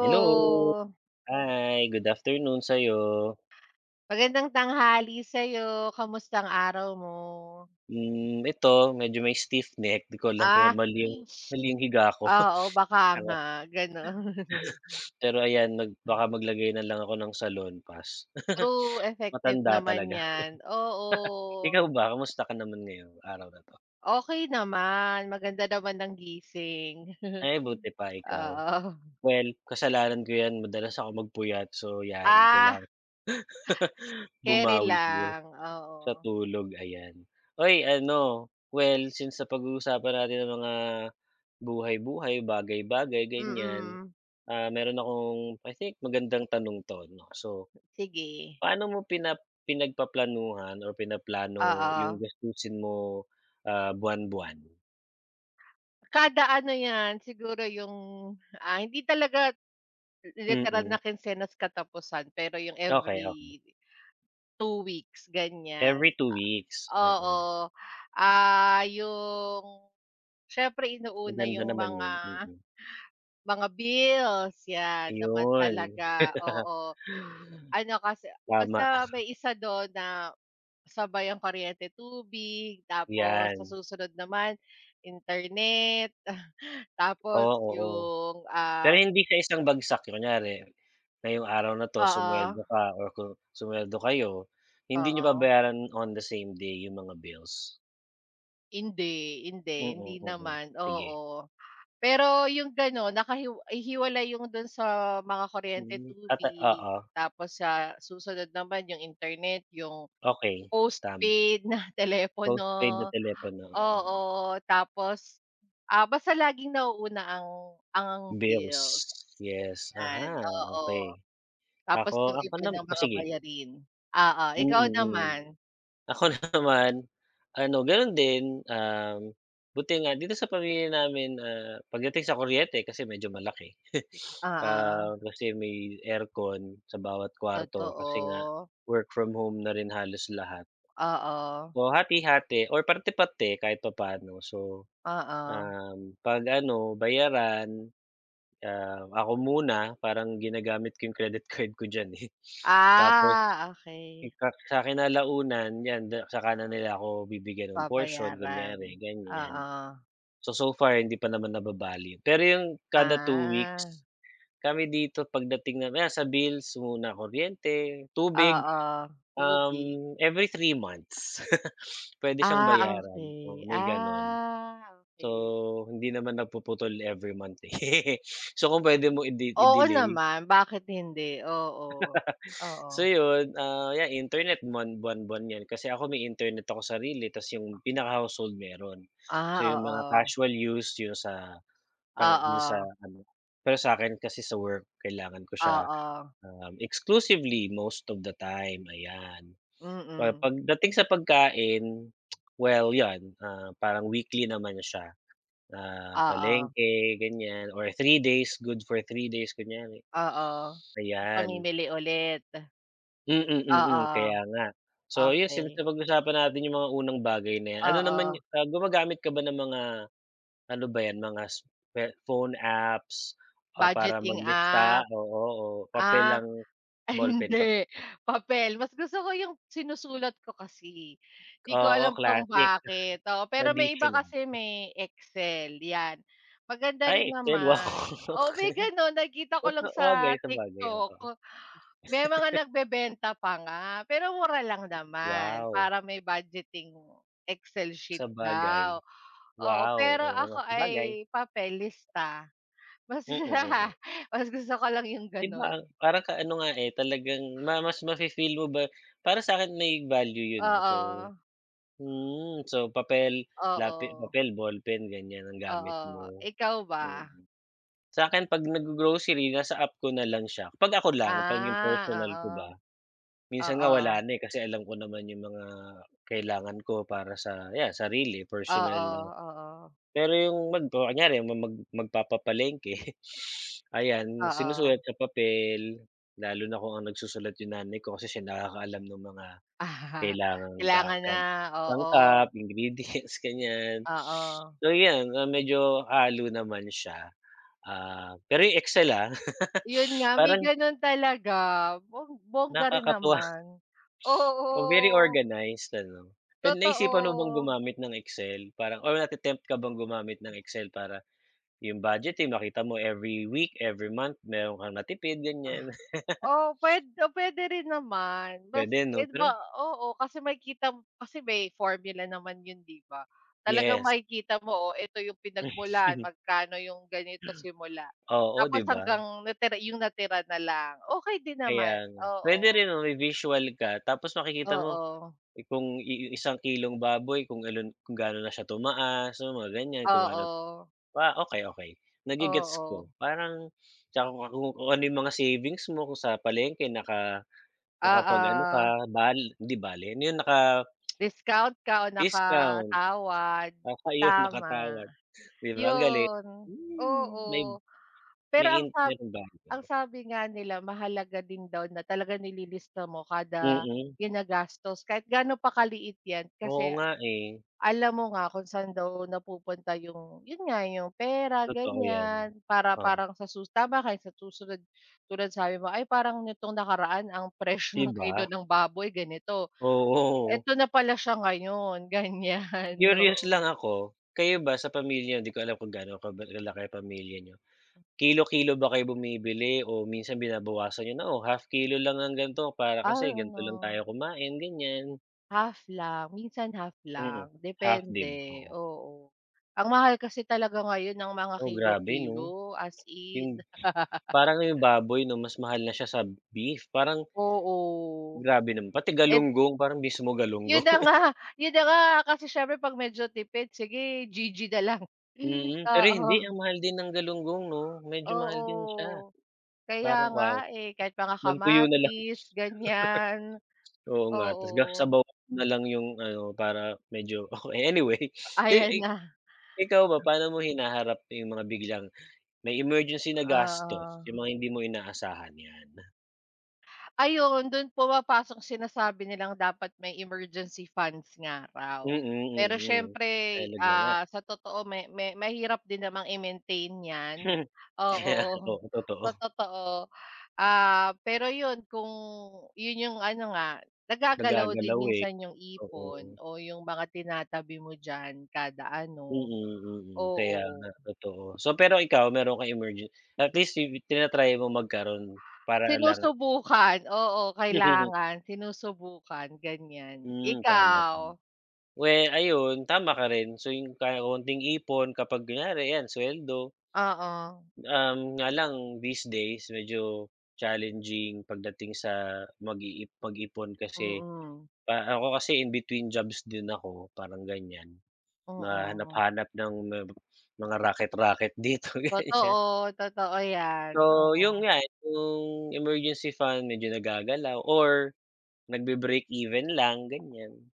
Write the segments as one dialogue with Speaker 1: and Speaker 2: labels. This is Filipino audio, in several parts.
Speaker 1: Hello. Hi, good afternoon sa'yo.
Speaker 2: magandang tanghali sa'yo. Kamusta ang araw mo?
Speaker 1: Hmm, ito medyo may stiff neck, 'di ko alam kung
Speaker 2: Ah,
Speaker 1: mali yung higa ko.
Speaker 2: oo, baka
Speaker 1: Tara.
Speaker 2: nga gano'n.
Speaker 1: Pero ayan mag baka maglagay na lang ako ng salon pass.
Speaker 2: True, effective
Speaker 1: Matanda
Speaker 2: naman
Speaker 1: talaga.
Speaker 2: 'yan, oo.
Speaker 1: Ikaw ba, kamusta ka naman ngayong araw na 'to?
Speaker 2: Okay naman, maganda naman ng gising.
Speaker 1: Ay, buti pa, ikaw.
Speaker 2: Oo.
Speaker 1: Well, kasalanan ko 'yan, madalas ako magpuyat, so 'yan
Speaker 2: Ah,
Speaker 1: kailangan
Speaker 2: keri
Speaker 1: bumawi siguro.
Speaker 2: lang, oo.
Speaker 1: Sa tulog, ayan. Uy, ano, well, since sa pag uusapan natin ang mga buhay-buhay, bagay-bagay, ganyan,
Speaker 2: Mm,
Speaker 1: ah, meron akong, I think, magandang tanong 'to, 'no. So,
Speaker 2: sige,
Speaker 1: paano mo pinagpaplanuhan or pinaplano yung
Speaker 2: oo.
Speaker 1: gastusin mo, ah, buwan-buwan?
Speaker 2: Kada ano 'yan, siguro yung, hindi talaga literal
Speaker 1: Mm,
Speaker 2: na kinsenas katapusan, pero yung
Speaker 1: okay,
Speaker 2: every
Speaker 1: okay.
Speaker 2: two weeks,
Speaker 1: Every
Speaker 2: ganyan.
Speaker 1: 2 weeks, oo.
Speaker 2: Oo, yung siyempre inuuna
Speaker 1: Maganda
Speaker 2: yung
Speaker 1: naman
Speaker 2: mga
Speaker 1: yun, mm.
Speaker 2: mga bills, 'yan naman
Speaker 1: Yun.
Speaker 2: talaga, oo. Ano kasi
Speaker 1: Tama,
Speaker 2: basta may isa dun na sabay ang kuryente, tubig, tapos sa
Speaker 1: yan.
Speaker 2: susunod naman internet, tapos
Speaker 1: Oo, oo.
Speaker 2: yung,
Speaker 1: Pero
Speaker 2: ah.
Speaker 1: hindi sa isang bagsak, kunyari ngayong araw na 'to
Speaker 2: Oo,
Speaker 1: sumweldo ka or kung sumweldo kayo, hindi niyo
Speaker 2: oo.
Speaker 1: babayaran on the same day yung mga bills.
Speaker 2: Hindi, hindi, hindi
Speaker 1: Mm, mm.
Speaker 2: naman,
Speaker 1: Sige.
Speaker 2: oo. Pero yung gano'n nakahiw hiwalay yung do'n sa mga kuryente,
Speaker 1: Hmm, at
Speaker 2: tubig,
Speaker 1: oo,
Speaker 2: tapos sa susunod naman yung internet, yung
Speaker 1: okey, tama.
Speaker 2: postpaid na
Speaker 1: Postpaid na
Speaker 2: telepono,
Speaker 1: telepono, oo.
Speaker 2: oo. Tapos, basta laging nauuna ang
Speaker 1: Bills,
Speaker 2: bills,
Speaker 1: yes.
Speaker 2: yan,
Speaker 1: Aha, okey.
Speaker 2: oo. Tapos
Speaker 1: Ako
Speaker 2: yung
Speaker 1: ako
Speaker 2: iba
Speaker 1: nam
Speaker 2: ng
Speaker 1: o
Speaker 2: mga
Speaker 1: sige,
Speaker 2: bayarin, oo.
Speaker 1: mm,
Speaker 2: Ikaw Mm.
Speaker 1: hmm.
Speaker 2: naman?
Speaker 1: Ako naman, ano gano'n din, buti nga dito sa pamilya namin, ah, pagdating sa kuryente kasi medyo malaki.
Speaker 2: Oo,
Speaker 1: Ah, kasi may aircon sa bawat kwarto kasi nga
Speaker 2: totoo.
Speaker 1: work from home na rin halos lahat.
Speaker 2: Oo,
Speaker 1: O hati-hati or parte-parte kahit pa paano. So,
Speaker 2: oo.
Speaker 1: 'pag ano bayaran, ah, ako muna parang ginagamit ko yung credit card ko diyan, eh. Tapos
Speaker 2: Ah, okey.
Speaker 1: ika sa kinalaunan 'yan da saka na nila ako bibigyan ng portion
Speaker 2: Babayaran.
Speaker 1: kunyari ganyan.
Speaker 2: Oo.
Speaker 1: So far hindi pa naman nababali. Pero yung kada two
Speaker 2: Ah,
Speaker 1: weeks, kami dito pagdating ng ah, sa bills muna kuryente, tubig,
Speaker 2: oo, tubig.
Speaker 1: every 3 months puwede siyang
Speaker 2: Ah,
Speaker 1: bayaran,
Speaker 2: okay.
Speaker 1: oo may gano'n.
Speaker 2: Ah, okey.
Speaker 1: So, hindi naman napuputol every month, eh. So, kung puwede mo
Speaker 2: Oo
Speaker 1: i-delay.
Speaker 2: naman, bakit hindi? Oo, oo.
Speaker 1: So yun, ah, yan internet buwan-buwan yan kasi ako may internet ako sarili tas yung pinaka-household meron.
Speaker 2: Ah,
Speaker 1: So yung mga
Speaker 2: oo.
Speaker 1: casual use yung sa ka dun sa
Speaker 2: Oo,
Speaker 1: ano, pero sa'kin kasi sa work kailangan ko siya,
Speaker 2: oo.
Speaker 1: exclusively most of the time, ayan. Pero
Speaker 2: Mm.
Speaker 1: pagdating sa pagkain, well yan, ah, parang weekly naman siya na
Speaker 2: Oo,
Speaker 1: palengke ganyan or 3 days, good for 3 days kunyari,
Speaker 2: oo.
Speaker 1: ayan.
Speaker 2: Mamimili ulit.
Speaker 1: Mm, mm,
Speaker 2: Oo,
Speaker 1: kaya nga. So yun,
Speaker 2: okey.
Speaker 1: since napag-usapan natin yung mga unang bagay na yan, ano naman
Speaker 2: Oo,
Speaker 1: ah, gumagamit ka ba ng mga ano ba yan, mga s pe phone apps, ah, para
Speaker 2: budgeting
Speaker 1: maglista,
Speaker 2: app.
Speaker 1: oo, o papel
Speaker 2: Ah.
Speaker 1: lang,
Speaker 2: Ay
Speaker 1: ballpen,
Speaker 2: hindi,
Speaker 1: papel?
Speaker 2: papel. Mas gusto ko yung sinusulat ko kasi. 'Di ko
Speaker 1: Oo,
Speaker 2: alam kung
Speaker 1: classic,
Speaker 2: bakit, oo. Pero may iba
Speaker 1: traditional.
Speaker 2: kasi may Excel, 'yan. Maganda
Speaker 1: Ay,
Speaker 2: rin
Speaker 1: Excel, wow.
Speaker 2: naman oo, may gano'n nakikita ko lang
Speaker 1: Totoo
Speaker 2: sa
Speaker 1: bagay, sabagay, oo.
Speaker 2: TikTok. May mga nagbebenta pa nga, pero mura lang naman.
Speaker 1: Wow,
Speaker 2: Para may budgeting Excel sheet
Speaker 1: sa bagay.
Speaker 2: daw, oo.
Speaker 1: Wow,
Speaker 2: Pero
Speaker 1: oo nga,
Speaker 2: ako
Speaker 1: sabagay.
Speaker 2: ay papel, lista. Mas
Speaker 1: Mm, mm, mm.
Speaker 2: mas gusto ko lang yung
Speaker 1: 'Di ba,
Speaker 2: gano'n.
Speaker 1: parang ka ano nga, eh, talagang mas mafe-feel mo ba, para sa'kin may value yun, 'no. So
Speaker 2: Oo,
Speaker 1: mm, so papel,
Speaker 2: oo.
Speaker 1: papel, ballpen ganyan ang
Speaker 2: Oo,
Speaker 1: gamit mo,
Speaker 2: ikaw ba?
Speaker 1: mm. Sa'kin 'pag naggo-grocery nasa app ko na lang siya, 'pag ako lang, 'pag yung personal ko ba.
Speaker 2: Ah, oo,
Speaker 1: Minsan nga wala
Speaker 2: oo,
Speaker 1: na, eh, kasi alam ko naman yung mga kailangan ko para sa 'yan sarili, personal
Speaker 2: oo,
Speaker 1: na.
Speaker 2: oo,
Speaker 1: Pero yung mag o kunyari ma mag magpapapalengke, ayan, sinusulat
Speaker 2: oo.
Speaker 1: sa papel, lalo na kung ang nagsusulat yung nanay ko kasi siya nakakaalam ng mga
Speaker 2: Ah,
Speaker 1: kailangang ka
Speaker 2: Kailangan
Speaker 1: ka
Speaker 2: na, oo,
Speaker 1: sangkap, ingredients, ganyan.
Speaker 2: oo.
Speaker 1: So, yan, ah, medyo halo naman siya. Ah, pero yung Excel, ah,
Speaker 2: Yun nga, may
Speaker 1: parang
Speaker 2: ganun talaga, bongga rin
Speaker 1: nakakatuwa,
Speaker 2: naman. Oo,
Speaker 1: oh, very organized ano. Pero naisipan mo bang
Speaker 2: totoo.
Speaker 1: gumamit ng Excel? Parang or nate-tempt ka bang gumamit ng Excel para yung budgeting makita mo every week, every month meron kang natipid ganyan,
Speaker 2: Oh, puwede rin naman mas
Speaker 1: puwede 'no?
Speaker 2: eh,
Speaker 1: Pero
Speaker 2: ba oo, kasi makikita mo kasi may formula naman 'yun, 'di ba? Talagang
Speaker 1: yes.
Speaker 2: makikita mo, oh, ito yung pinagmulan, magkano yung ganito simula,
Speaker 1: Oo,
Speaker 2: tapos
Speaker 1: 'di ba?
Speaker 2: hanggang natira yung natira na lang, okay din
Speaker 1: Kaya
Speaker 2: naman,
Speaker 1: nga. Puwede
Speaker 2: oo.
Speaker 1: rin 'no, may visual ka tapos makikita mo
Speaker 2: Oo,
Speaker 1: eh, kung isang kilong baboy kung ilan kung gaano na siya tumaas, so mga ganyan, kung ano
Speaker 2: oo,
Speaker 1: pa, okay, okay. Nagigets ko.
Speaker 2: oo,
Speaker 1: Parang tsaka kung ano yung mga savings mo kung sa palengke naka nakapag-ano
Speaker 2: oo,
Speaker 1: ka, bal hindi bale, ano yun,
Speaker 2: discount ka o
Speaker 1: naka-discount.
Speaker 2: nakatawad,
Speaker 1: Baka yun,
Speaker 2: tama,
Speaker 1: nakatawad. 'Di ba ang galing?
Speaker 2: 'yun,
Speaker 1: Hmm.
Speaker 2: oo.
Speaker 1: May
Speaker 2: Pero
Speaker 1: may intern bago.
Speaker 2: ang sabi nga nila mahalaga din daw na talagang nililista mo kada
Speaker 1: Mm,
Speaker 2: ginagastos kahit gaano pa kaliit 'yan
Speaker 1: oo
Speaker 2: kasi
Speaker 1: nga, eh,
Speaker 2: alam mo nga kung saan daw napupunta yung yun nga, yung pera
Speaker 1: totoo 'yan.
Speaker 2: ganyan. Para
Speaker 1: Oo,
Speaker 2: parang sa sus tama ka sa susunod tulad sabi mo, "Ay parang nitong nakaraan ang presyo
Speaker 1: 'di
Speaker 2: ng kilo
Speaker 1: ba?
Speaker 2: ng baboy ganito,
Speaker 1: Oo,
Speaker 2: eto na pala siya ngayon." Ganyan,
Speaker 1: curious
Speaker 2: oo.
Speaker 1: lang ako, kayo ba sa pamilya niyo, 'di ko alam kung gaano kaba kalaki ang pamilya niyo. Kilo-kilo ba kayo bumibili o minsan binabawasan niyo na, "Oh, half kilo lang ang gan'to para kasi gan'to lang tayo
Speaker 2: Ano.
Speaker 1: kumain," ganyan?
Speaker 2: Half lang, minsan half
Speaker 1: Mm,
Speaker 2: lang,
Speaker 1: half din,
Speaker 2: depende,
Speaker 1: oo.
Speaker 2: oo. Ang mahal kasi talaga ngayon ng mga
Speaker 1: Oh, grabe 'no?
Speaker 2: kilo-kilo, as in,
Speaker 1: Yung parang yung baboy 'no, mas mahal na siya sa beef, parang.
Speaker 2: oo.
Speaker 1: Grabe naman, pati
Speaker 2: And
Speaker 1: galunggong, parang mismo
Speaker 2: yun
Speaker 1: galunggong.
Speaker 2: na nga, yun na nga kasi siyempre 'pag medyo tipid sige GG na lang.
Speaker 1: Mm, pero hindi,
Speaker 2: Oo,
Speaker 1: ang mahal din ng galunggong 'no, medyo mahal din siya.
Speaker 2: oo. Kaya
Speaker 1: Parang
Speaker 2: nga,
Speaker 1: wow,
Speaker 2: eh, kahit mga
Speaker 1: magtuyo na lang.
Speaker 2: kamatis, ganyan,
Speaker 1: Oo nga,
Speaker 2: oo.
Speaker 1: tas ga sabawan na lang yung ano para medyo okey anyway,
Speaker 2: Ayan
Speaker 1: i
Speaker 2: na,
Speaker 1: ikaw ba paano mo hinaharap yung mga biglang may emergency na gastos,
Speaker 2: oo.
Speaker 1: yung mga hindi mo inaasahan, yan?
Speaker 2: Ayun, dun pumapasok sinasabi nilang dapat may emergency funds nga raw.
Speaker 1: Mm,
Speaker 2: Pero
Speaker 1: mm.
Speaker 2: siyempre,
Speaker 1: Talaga nga.
Speaker 2: sa totoo may mahirap din namang i-maintain 'yan, oo,
Speaker 1: Kaya oo, totoo.
Speaker 2: sa totoo. Ah, pero yun kung yun yung ano nga, nagagalaw din
Speaker 1: Nagagalaw, eh,
Speaker 2: minsan yung
Speaker 1: oo.
Speaker 2: ipon o yung mga tinatabi mo diyan kada
Speaker 1: Mm,
Speaker 2: ano,
Speaker 1: mm, kaya
Speaker 2: oo.
Speaker 1: nga, totoo. So, pero ikaw meron kang emergen at least yu tina-try mo magkaroon para lang at
Speaker 2: Sinusubukan, oo, kailangan sinusubukan, ganyan.
Speaker 1: hmm, tama,
Speaker 2: Ikaw?
Speaker 1: tama. We ayun, tama ka rin. So, yung ka konting ipon kapag kunyari 'yan suweldo,
Speaker 2: Oo.
Speaker 1: nga lang these days medyo challenging pagdating sa mag-ipon kasi
Speaker 2: Mm,
Speaker 1: pa ako, kasi in between jobs din ako, parang ganyan. Na
Speaker 2: oo.
Speaker 1: hanap-hanap ng mga raket-raket dito, ganyan.
Speaker 2: Totoo, totoo 'yan,
Speaker 1: So, yun
Speaker 2: oo.
Speaker 1: nga, eh, yung emergency fund medyo nagagalaw or nagbe-breakeven lang, ganyan.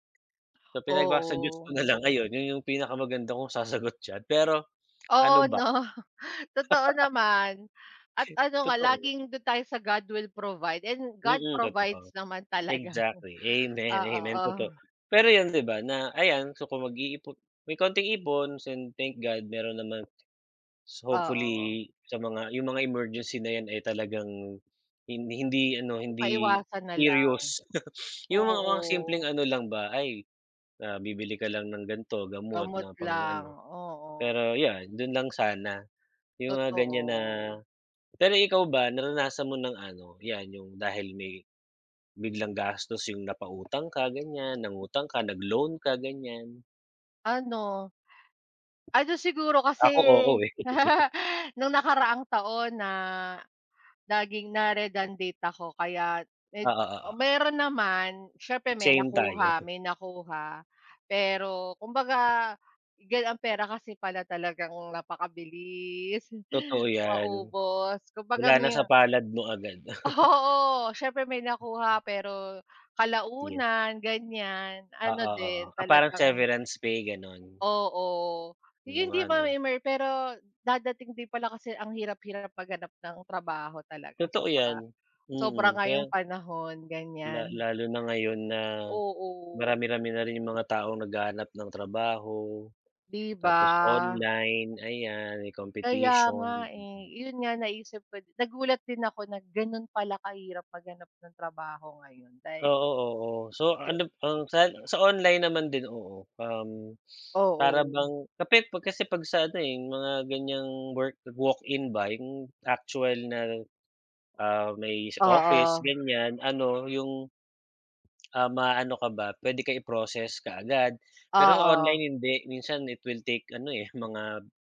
Speaker 1: So, pinagpasa Diyos ko
Speaker 2: Oo.
Speaker 1: na lang, ayun, yun yung pinakamaganda kong sasagot diyan. Pero ano
Speaker 2: Oo
Speaker 1: ba,
Speaker 2: 'no, totoo naman at ano nga
Speaker 1: totoo,
Speaker 2: laging dun tayo sa God will provide and God
Speaker 1: mm,
Speaker 2: provides
Speaker 1: totoo.
Speaker 2: naman talaga.
Speaker 1: Exactly, amen, amen,
Speaker 2: Oo,
Speaker 1: totoo. Pero yun, 'di ba, na ayan, so kung mag-iipon may konting ipon, and thank God meron naman. So,
Speaker 2: oo,
Speaker 1: hopefully sa mga yung mga emergency na yan ay talagang hindi ano,
Speaker 2: hindi
Speaker 1: hindi
Speaker 2: maiwasan na lang,
Speaker 1: serious. Yung mga simpleng
Speaker 2: oo.
Speaker 1: ano lang ba, ay, ah, bibili ka lang ng ganito, gamot
Speaker 2: Gamot
Speaker 1: na
Speaker 2: lang,
Speaker 1: pang-ano.
Speaker 2: oo,
Speaker 1: Pero yeah dun lang sana, yung mga ganyan na
Speaker 2: totoo.
Speaker 1: pero ikaw ba naranasan mo ng ano, yan yung dahil may biglang gastos yung napautang ka ganyan, nangutang ka, loan ka ganyan?
Speaker 2: Ano, ano siguro kasi
Speaker 1: Ako, oo, eh.
Speaker 2: nung nakaraang taon na laging na-redundant ako kaya med
Speaker 1: Oo,
Speaker 2: o
Speaker 1: oo.
Speaker 2: meron naman, siyempre may
Speaker 1: Same tayo,
Speaker 2: nakuha, may nakuha. Pero kumbaga, gan ang pera kasi pala talagang napakabilis,
Speaker 1: totoo yan.
Speaker 2: maubos.
Speaker 1: Wala
Speaker 2: Kumbaga
Speaker 1: na
Speaker 2: may
Speaker 1: sa palad mo agad.
Speaker 2: oo, siyempre may nakuha pero
Speaker 1: Yun,
Speaker 2: kalaunan ganyan, ano
Speaker 1: oo,
Speaker 2: din
Speaker 1: oo. Ah, parang
Speaker 2: talagang
Speaker 1: severance pay gano'n,
Speaker 2: oo.
Speaker 1: yung
Speaker 2: Yun di
Speaker 1: ano.
Speaker 2: ma-immer pero dadating din pala kasi ang hirap-hirap maghanap ng trabaho talaga
Speaker 1: Totoo 'yan,
Speaker 2: sobra. Sobra
Speaker 1: mm.
Speaker 2: nga
Speaker 1: Kaya
Speaker 2: yung panahon, ganyan.
Speaker 1: lalo na ngayon na
Speaker 2: Oo.
Speaker 1: marami-rami na rin yung mga taong naghahanap ng trabaho,
Speaker 2: 'Di ba?
Speaker 1: tapos online, ayan, may
Speaker 2: Kaya
Speaker 1: competition.
Speaker 2: nga, eh. Yun nga naisip ko din. Nagulat din ako na ganun pala kahirap maghanap ng trabaho ngayon dahil
Speaker 1: Oo, oo. So ano, ang sa online naman din, oo, para
Speaker 2: oo.
Speaker 1: bang kapit pag, kasi 'pag sa ano, eh, yung mga ganiyang work walk-in ba, yung actual na, ah, may office
Speaker 2: Oo,
Speaker 1: ganiyan, ano yung. Ah, maano ka ba, puwede ka i-process kaagad. Pero
Speaker 2: oo.
Speaker 1: online hindi, minsan it will take ano, eh, mga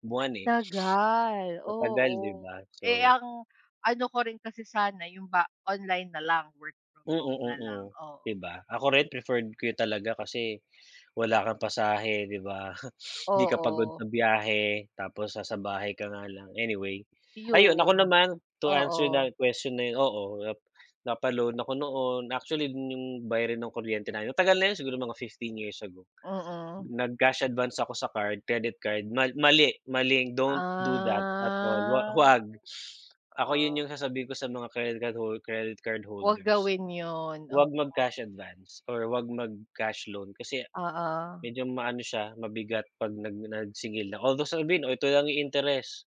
Speaker 1: buwan, eh,
Speaker 2: Tagal,
Speaker 1: matagal, 'di
Speaker 2: oo.
Speaker 1: ba? So
Speaker 2: Eh, ano ko rin kasi sana yung ba online na lang, work from
Speaker 1: mm,
Speaker 2: home
Speaker 1: mm,
Speaker 2: na
Speaker 1: mm, mm.
Speaker 2: lang,
Speaker 1: 'Di
Speaker 2: oo.
Speaker 1: ba? Ako rin preferred ko yun talaga kasi wala kang pasahe, 'di ba? 'Di ka pagod
Speaker 2: Oo,
Speaker 1: sa biyahe, tapos nasa bahay ka nga lang. Anyway, ayun ako
Speaker 2: yun.
Speaker 1: naman to answer
Speaker 2: Oo,
Speaker 1: na question na yun, oo, napa ako noon. Actually, dun yung bayarin ng kuryente namin, matagal na yun siguro mga 15 years ago.
Speaker 2: mm.
Speaker 1: Nag-cash advance ako sa card, credit card, mali, maling don't do that at all,
Speaker 2: Ah.
Speaker 1: huwag. Ako 'yun
Speaker 2: Oo,
Speaker 1: yung sasabihin ko sa mga credit card credit card
Speaker 2: 'wag
Speaker 1: holders.
Speaker 2: gawin 'yun, oo,
Speaker 1: Wag mag-cash advance or wag mag-cash loan kasi
Speaker 2: oo,
Speaker 1: medyo maano siya, mabigat 'pag nagsingil na. Although sabihin, "Oh, ito lang yung interest."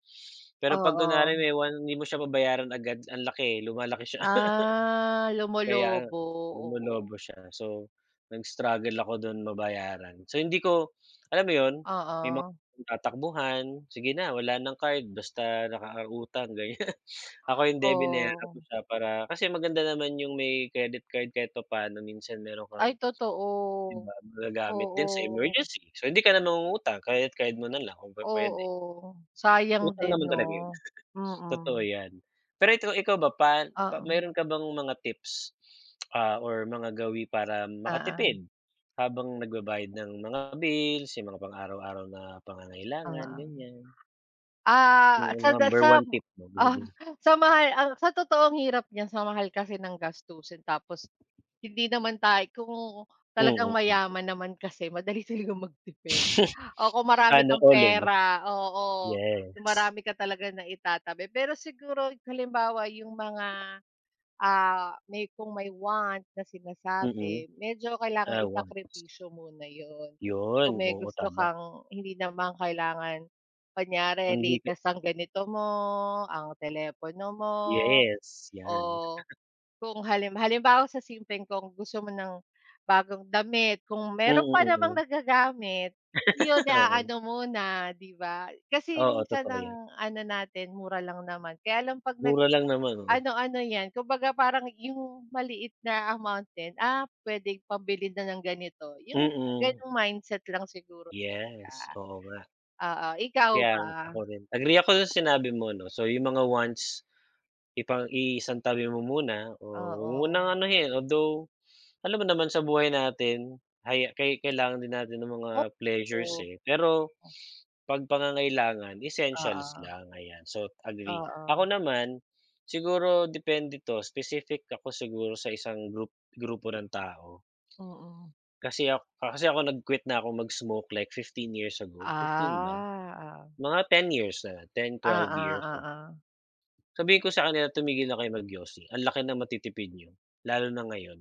Speaker 1: Pero 'pag
Speaker 2: oo.
Speaker 1: kunwari may one hindi mo siya babayaran agad, ang laki, lumalaki siya
Speaker 2: Ah,
Speaker 1: kaya
Speaker 2: lumolobo, oo,
Speaker 1: lumulobo siya. So, nag-struggle ako don mabayaran. So, hindi ko alam mo yun, may mga
Speaker 2: oo,
Speaker 1: tatakbuhan, sige na wala ng card basta nakautang ganyan. Ako hindi, binayaran
Speaker 2: oo.
Speaker 1: ko siya para kasi maganda naman yung may credit card kahit papaano minsan meron kang
Speaker 2: Ay totoo,
Speaker 1: 'di ba magagamit din sa
Speaker 2: oo,
Speaker 1: emergency. So, hindi ka na mangungutang, credit card mo na lang kung puwede.
Speaker 2: oo, sayang
Speaker 1: Utang
Speaker 2: din
Speaker 1: naman talaga yun.
Speaker 2: 'no?
Speaker 1: Totoo
Speaker 2: Mm,
Speaker 1: 'yan. Pero ito ikaw ba pa
Speaker 2: oo,
Speaker 1: meron ka bang mga tips, ah, or mga gawi para makatipid
Speaker 2: oo,
Speaker 1: habang nagbabayad ng mga bills, yung mga pang-araw-araw na pangangailangan,
Speaker 2: oo.
Speaker 1: ganyan?
Speaker 2: Ah,
Speaker 1: Yung number
Speaker 2: sa
Speaker 1: one tip mo?
Speaker 2: ah,
Speaker 1: Ganun.
Speaker 2: sa mahal ang sa totoong hirap niyan sa mahal kasi ng gastusin tapos hindi naman tayo kung talagang
Speaker 1: Mm, mm, mm.
Speaker 2: mayaman naman kasi madali talagang magtipid. O kung marami
Speaker 1: Sana
Speaker 2: kang
Speaker 1: all, eh, 'no?
Speaker 2: pera, oo, yung
Speaker 1: Yes.
Speaker 2: marami ka talaga na itatabi. Pero siguro halimbawa yung mga may kung may want na
Speaker 1: Mm.
Speaker 2: sinasabi, medyo kailangan
Speaker 1: Ah, wants.
Speaker 2: isakripisyo muna yon.
Speaker 1: 'Yun,
Speaker 2: Kung may
Speaker 1: oo,
Speaker 2: gusto
Speaker 1: tama.
Speaker 2: kang hindi naman kailangan kunyari
Speaker 1: Hindi ka
Speaker 2: latest ang ganito mo, ang telepono mo,
Speaker 1: yes, 'yan.
Speaker 2: o kung halimbawa sa simpleng kung gusto mo ng bagong damit, kung
Speaker 1: Mm,
Speaker 2: meron pa namang
Speaker 1: mm.
Speaker 2: nagagamit, yun
Speaker 1: Oo.
Speaker 2: na-aano muna, 'di ba? Kasi
Speaker 1: Oo,
Speaker 2: minsan
Speaker 1: totoo 'yan.
Speaker 2: ang ano natin mura lang naman, kaya lang 'pag
Speaker 1: Mura lang naman, oo.
Speaker 2: ano-ano yan, kumbaga parang yung maliit na amount din, puwedeng pambili na ng ganito,
Speaker 1: Mm,
Speaker 2: yung
Speaker 1: mm.
Speaker 2: gano'ng mindset lang siguro siya,
Speaker 1: Yes, oo nga.
Speaker 2: oo. Ikaw
Speaker 1: Kaya
Speaker 2: ba?
Speaker 1: ako rin, agree ako sa sinabi mo 'no. So yung mga wants, iisantabi mo muna o wag mo munang
Speaker 2: Oo.
Speaker 1: anuhin. Although, alam mo naman sa buhay natin, haya kay kailangan din natin ng mga pleasures,
Speaker 2: Oo.
Speaker 1: eh. Pero 'pag pangangailangan, essentials
Speaker 2: Oo.
Speaker 1: lang, ayan. So agree.
Speaker 2: Oo.
Speaker 1: Ako
Speaker 2: Oo.
Speaker 1: naman, siguro depende 'to, specific ako siguro sa isang grupo ng tao.
Speaker 2: Mm.
Speaker 1: Kasi ako nag-quit na ako mag-smoke like 15 years ago, fifteen ba?
Speaker 2: Ah,
Speaker 1: Mga 10 years na, 10 12 years.
Speaker 2: oo,
Speaker 1: Sabihin ko sa kanila tumigil na kayo mag-yosi, ang laki ng matitipid niyo, lalo na ngayon.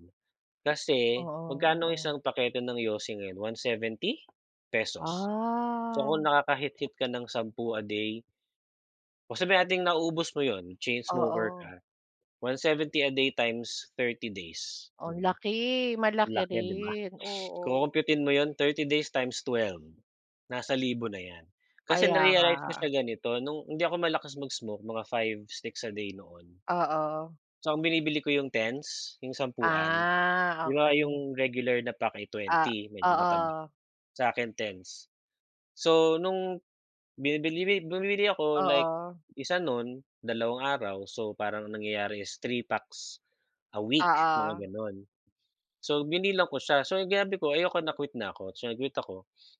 Speaker 1: Kasi
Speaker 2: oo, oo,
Speaker 1: magkano ang
Speaker 2: oo,
Speaker 1: isang pakete ng yosi ngayon, 170 pesos. So
Speaker 2: ah,
Speaker 1: kung nakakahit-hit ka ng sampu a day, o sabihin nating nauubos mo yon chain smoker
Speaker 2: oo.
Speaker 1: ka, 170 a day times 30 days,
Speaker 2: Ang
Speaker 1: hmm,
Speaker 2: laki,
Speaker 1: ang
Speaker 2: malaki
Speaker 1: laki 'di ba?
Speaker 2: rin, oo,
Speaker 1: Kukumpyutin mo yon, 30 days times 12, nasa 1,000 na 'yan. Kasi
Speaker 2: kaya nga,
Speaker 1: na-realize ko siya ganito, nung hindi ako malakas mag-smoke, mga five sticks a day noon.
Speaker 2: oo.
Speaker 1: So, ang binibili ko yung tens, yung sampuan. 'Di
Speaker 2: Ah,
Speaker 1: ba yung
Speaker 2: okey,
Speaker 1: regular na pack ay
Speaker 2: ah,
Speaker 1: 20, medyo mataba.
Speaker 2: oo,
Speaker 1: Sa akin tens. So, nung bumibili ako like
Speaker 2: oo,
Speaker 1: isa nun, dalawang araw, so parang ang nangyayari is 3 packs a week, mga
Speaker 2: oo,
Speaker 1: gano'n. So, binilang ko siya. So, yung ginabi ko ayoko na, quit na ako. So, nag-quit ako.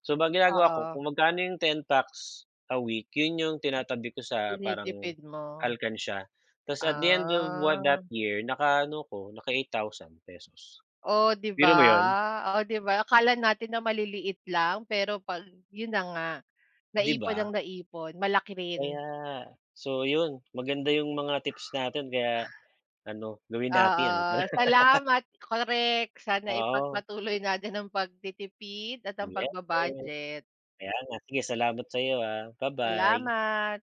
Speaker 1: So, bang ginagawa ko
Speaker 2: oo,
Speaker 1: kung magkano yung 10 packs a week, yun yung tinatabi ko sa parang
Speaker 2: tinitipid mo,
Speaker 1: alkansya. Ta's at the end of what
Speaker 2: ah,
Speaker 1: that year, nakaano ko, naka ₱8,000.
Speaker 2: oh, 'di
Speaker 1: Biro
Speaker 2: ba?
Speaker 1: mo yun?
Speaker 2: Oh, 'di ba akala natin na maliliit lang pero 'pag yun na nga,
Speaker 1: 'Di
Speaker 2: naipon
Speaker 1: ba?
Speaker 2: ang naipon malaki rin.
Speaker 1: Kaya so yun, maganda yung mga tips natin kaya ano, gawin
Speaker 2: Oo,
Speaker 1: natin.
Speaker 2: salamat. Korek. Sana
Speaker 1: Oo,
Speaker 2: ipagpatuloy natin ang pagtitipid at ang
Speaker 1: yes.
Speaker 2: pagbabudget. Budget.
Speaker 1: Kaya nga. Sige, salamat sa iyo ah. Bye bye.
Speaker 2: Salamat.